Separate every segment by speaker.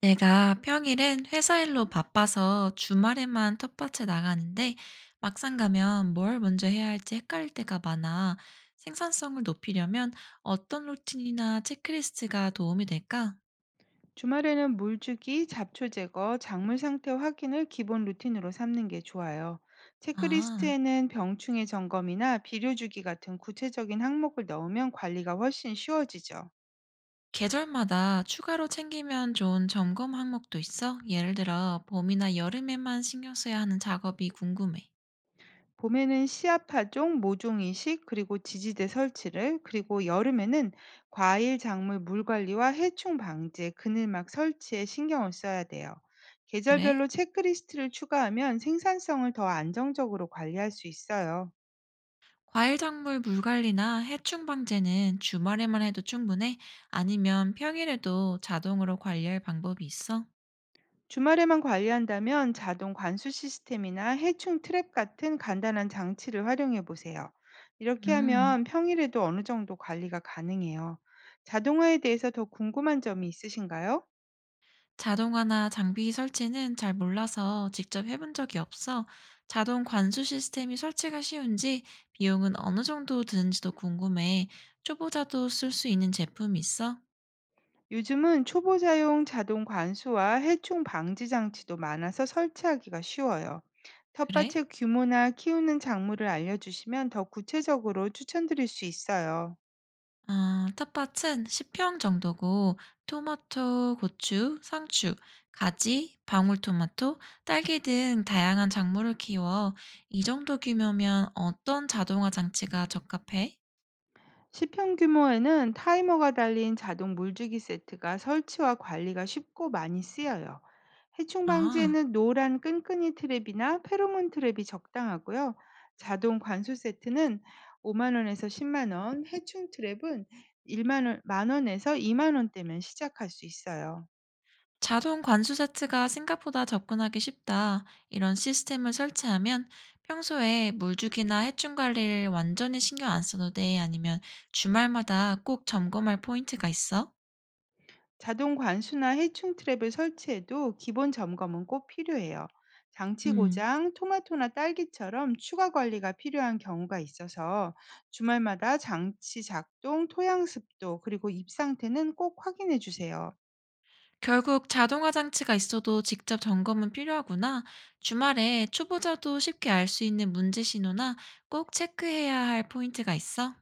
Speaker 1: 내가 평일엔 회사 일로 바빠서 주말에만 텃밭에 나가는데 막상 가면 뭘 먼저 해야 할지 헷갈릴 때가 많아. 생산성을 높이려면 어떤 루틴이나 체크리스트가 도움이 될까?
Speaker 2: 주말에는 물 주기, 잡초 제거, 작물 상태 확인을 기본 루틴으로 삼는 게 좋아요.
Speaker 1: 아,
Speaker 2: 체크리스트에는 병충해 점검이나 비료 주기 같은 구체적인 항목을 넣으면 관리가 훨씬 쉬워지죠.
Speaker 1: 계절마다 추가로 챙기면 좋은 점검 항목도 있어? 예를 들어 봄이나 여름에만 신경 써야 하는 작업이 궁금해.
Speaker 2: 봄에는 씨앗 파종, 모종 이식, 그리고 지지대 설치를, 그리고 여름에는 과일, 작물 물 관리와 해충 방제, 그늘막 설치에 신경을 써야 돼요. 계절별로
Speaker 1: 그래?
Speaker 2: 체크리스트를 추가하면 생산성을 더 안정적으로 관리할 수 있어요.
Speaker 1: 과일작물 물관리나 해충 방제는 주말에만 해도 충분해? 아니면 평일에도 자동으로 관리할 방법이 있어?
Speaker 2: 주말에만 관리한다면 자동 관수 시스템이나 해충 트랩 같은 간단한 장치를 활용해 보세요. 이렇게
Speaker 1: 음,
Speaker 2: 하면 평일에도 어느 정도 관리가 가능해요. 자동화에 대해서 더 궁금한 점이 있으신가요?
Speaker 1: 자동화나 장비 설치는 잘 몰라서 직접 해본 적이 없어. 자동 관수 시스템이 설치가 쉬운지 비용은 어느 정도 드는지도 궁금해. 초보자도 쓸 수 있는 제품이 있어?
Speaker 2: 요즘은 초보자용 자동 관수와 해충 방지 장치도 많아서 설치하기가 쉬워요.
Speaker 1: 그래?
Speaker 2: 텃밭의 규모나 키우는 작물을 알려주시면 더 구체적으로 추천드릴 수 있어요.
Speaker 1: 아, 텃밭은 10평 정도고 토마토, 고추, 상추, 가지, 방울토마토, 딸기 등 다양한 작물을 키워. 이 정도 규모면 어떤 자동화 장치가 적합해?
Speaker 2: 시평 규모에는 타이머가 달린 자동 물주기 세트가 설치와 관리가 쉽고 많이 쓰여요. 해충
Speaker 1: 아,
Speaker 2: 방지에는 노란 끈끈이 트랩이나 페로몬 트랩이 적당하고요. 자동 관수 세트는 5만 원에서 10만 원, 해충 트랩은 1만 원, 만 원에서 2만 원대면 시작할 수 있어요.
Speaker 1: 자동 관수 세트가 생각보다 접근하기 쉽다. 이런 시스템을 설치하면 평소에 물주기나 해충 관리를 완전히 신경 안 써도 돼? 아니면 주말마다 꼭 점검할 포인트가 있어?
Speaker 2: 자동 관수나 해충 트랩을 설치해도 기본 점검은 꼭 필요해요. 장치
Speaker 1: 음.
Speaker 2: 고장, 토마토나 딸기처럼 추가 관리가 필요한 경우가 있어서 주말마다 장치 작동, 토양 습도, 그리고 잎 상태는 꼭 확인해 주세요.
Speaker 1: 결국 자동화 장치가 있어도 직접 점검은 필요하구나. 주말에 초보자도 쉽게 알 수 있는 문제 신호나 꼭 체크해야 할 포인트가 있어?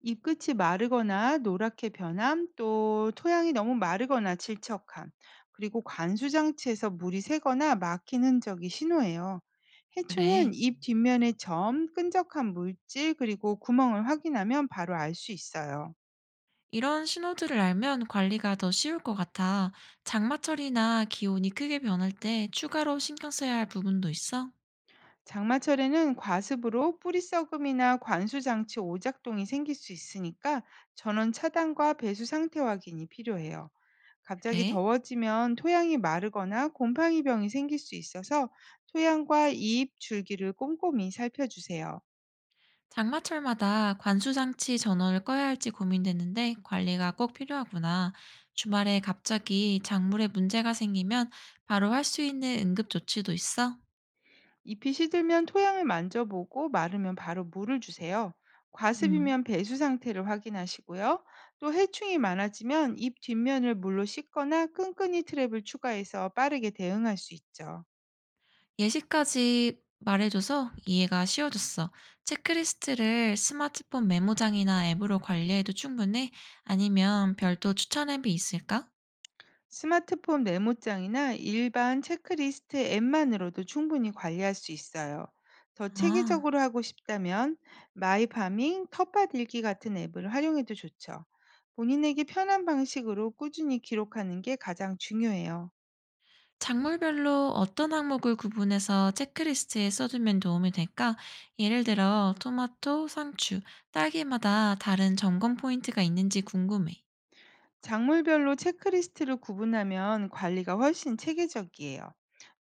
Speaker 2: 잎끝이 마르거나 노랗게 변함, 또 토양이 너무 마르거나 질척함, 그리고 관수장치에서 물이 새거나 막힌 흔적이 신호예요.
Speaker 1: 그래.
Speaker 2: 해충은 잎 뒷면의 점, 끈적한 물질, 그리고 구멍을 확인하면 바로 알 수 있어요.
Speaker 1: 이런 신호들을 알면 관리가 더 쉬울 것 같아. 장마철이나 기온이 크게 변할 때 추가로 신경 써야 할 부분도 있어?
Speaker 2: 장마철에는 과습으로 뿌리 썩음이나 관수장치 오작동이 생길 수 있으니까 전원 차단과 배수 상태 확인이 필요해요. 갑자기
Speaker 1: 그래.
Speaker 2: 더워지면 토양이 마르거나 곰팡이 병이 생길 수 있어서 토양과 잎, 줄기를 꼼꼼히 살펴주세요.
Speaker 1: 장마철마다 관수장치 전원을 꺼야 할지 고민되는데 관리가 꼭 필요하구나. 주말에 갑자기 작물에 문제가 생기면 바로 할 수 있는 응급 조치도 있어?
Speaker 2: 잎이 시들면 토양을 만져보고 마르면 바로 물을 주세요.
Speaker 1: 음,
Speaker 2: 과습이면 배수 상태를 확인하시고요. 또 해충이 많아지면 잎 뒷면을 물로 씻거나 끈끈이 트랩을 추가해서 빠르게 대응할 수 있죠.
Speaker 1: 예시까지 말해줘서 이해가 쉬워졌어. 체크리스트를 스마트폰 메모장이나 앱으로 관리해도 충분해? 아니면 별도 추천 앱이 있을까?
Speaker 2: 스마트폰 메모장이나 일반 체크리스트 앱만으로도 충분히 관리할 수 있어요. 더
Speaker 1: 아.
Speaker 2: 체계적으로 하고 싶다면 마이파밍, 텃밭 일기 같은 앱을 활용해도 좋죠. 본인에게 편한 방식으로 꾸준히 기록하는 게 가장 중요해요.
Speaker 1: 작물별로 어떤 항목을 구분해서 체크리스트에 써두면 도움이 될까? 예를 들어, 토마토, 상추, 딸기마다 다른 점검 포인트가 있는지 궁금해.
Speaker 2: 작물별로 체크리스트를 구분하면 관리가 훨씬 체계적이에요.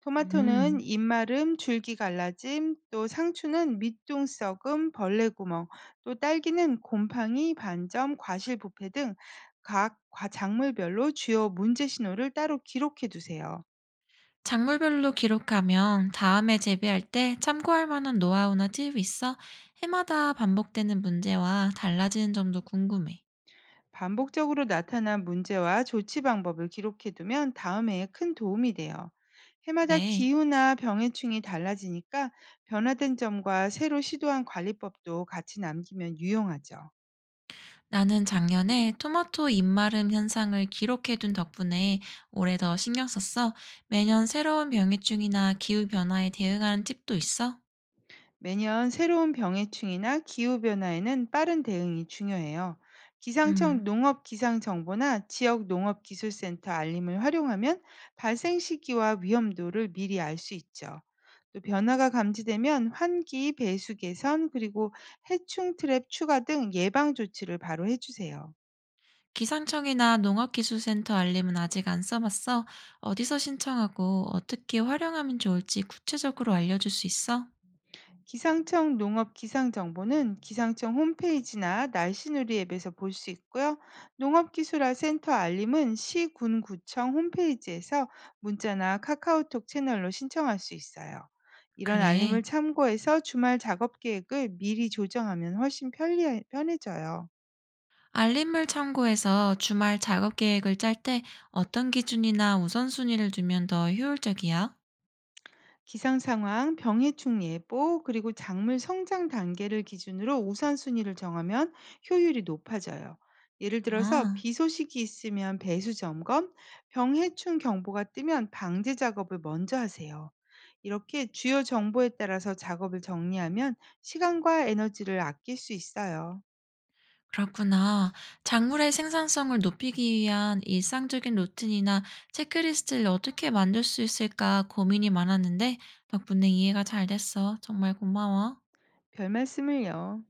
Speaker 2: 토마토는
Speaker 1: 음,
Speaker 2: 잎마름, 줄기 갈라짐, 또 상추는 밑둥 썩음, 벌레 구멍, 또 딸기는 곰팡이, 반점, 과실 부패 등 각 작물별로 주요 문제 신호를 따로 기록해 두세요.
Speaker 1: 작물별로 기록하면 다음에 재배할 때 참고할 만한 노하우나 팁이 있어? 해마다 반복되는 문제와 달라지는 점도 궁금해.
Speaker 2: 반복적으로 나타난 문제와 조치 방법을 기록해두면 다음해에 큰 도움이 돼요. 해마다
Speaker 1: 그래.
Speaker 2: 기후나 병해충이 달라지니까 변화된 점과 새로 시도한 관리법도 같이 남기면 유용하죠.
Speaker 1: 나는 작년에 토마토 입마름 현상을 기록해둔 덕분에 올해 더 신경 썼어. 매년 새로운 병해충이나 기후변화에 대응하는 팁도 있어?
Speaker 2: 매년 새로운 병해충이나 기후변화에는 빠른 대응이 중요해요. 기상청
Speaker 1: 음,
Speaker 2: 농업 기상 정보나 지역 농업 기술센터 알림을 활용하면 발생 시기와 위험도를 미리 알 수 있죠. 또 변화가 감지되면 환기, 배수 개선, 그리고 해충 트랩 추가 등 예방 조치를 바로 해주세요.
Speaker 1: 기상청이나 농업기술센터 알림은 아직 안 써봤어. 어디서 신청하고 어떻게 활용하면 좋을지 구체적으로 알려줄 수 있어?
Speaker 2: 기상청 농업 기상 정보는 기상청 홈페이지나 날씨누리 앱에서 볼 수 있고요. 농업기술화 센터 알림은 시군구청 홈페이지에서 문자나 카카오톡 채널로 신청할 수 있어요. 이런
Speaker 1: 그래.
Speaker 2: 알림을 참고해서 주말 작업 계획을 미리 조정하면 훨씬 편해져요.
Speaker 1: 알림을 참고해서 주말 작업 계획을 짤 때 어떤 기준이나 우선순위를 두면 더 효율적이야?
Speaker 2: 기상 상황, 병해충 예보, 그리고 작물 성장 단계를 기준으로 우선순위를 정하면 효율이 높아져요. 예를 들어서
Speaker 1: 아.
Speaker 2: 비 소식이 있으면 배수 점검, 병해충 경보가 뜨면 방제 작업을 먼저 하세요. 이렇게 주요 정보에 따라서 작업을 정리하면 시간과 에너지를 아낄 수 있어요.
Speaker 1: 그렇구나. 작물의 생산성을 높이기 위한 일상적인 루틴이나 체크리스트를 어떻게 만들 수 있을까 고민이 많았는데 덕분에 이해가 잘 됐어. 정말 고마워.
Speaker 2: 별 말씀을요.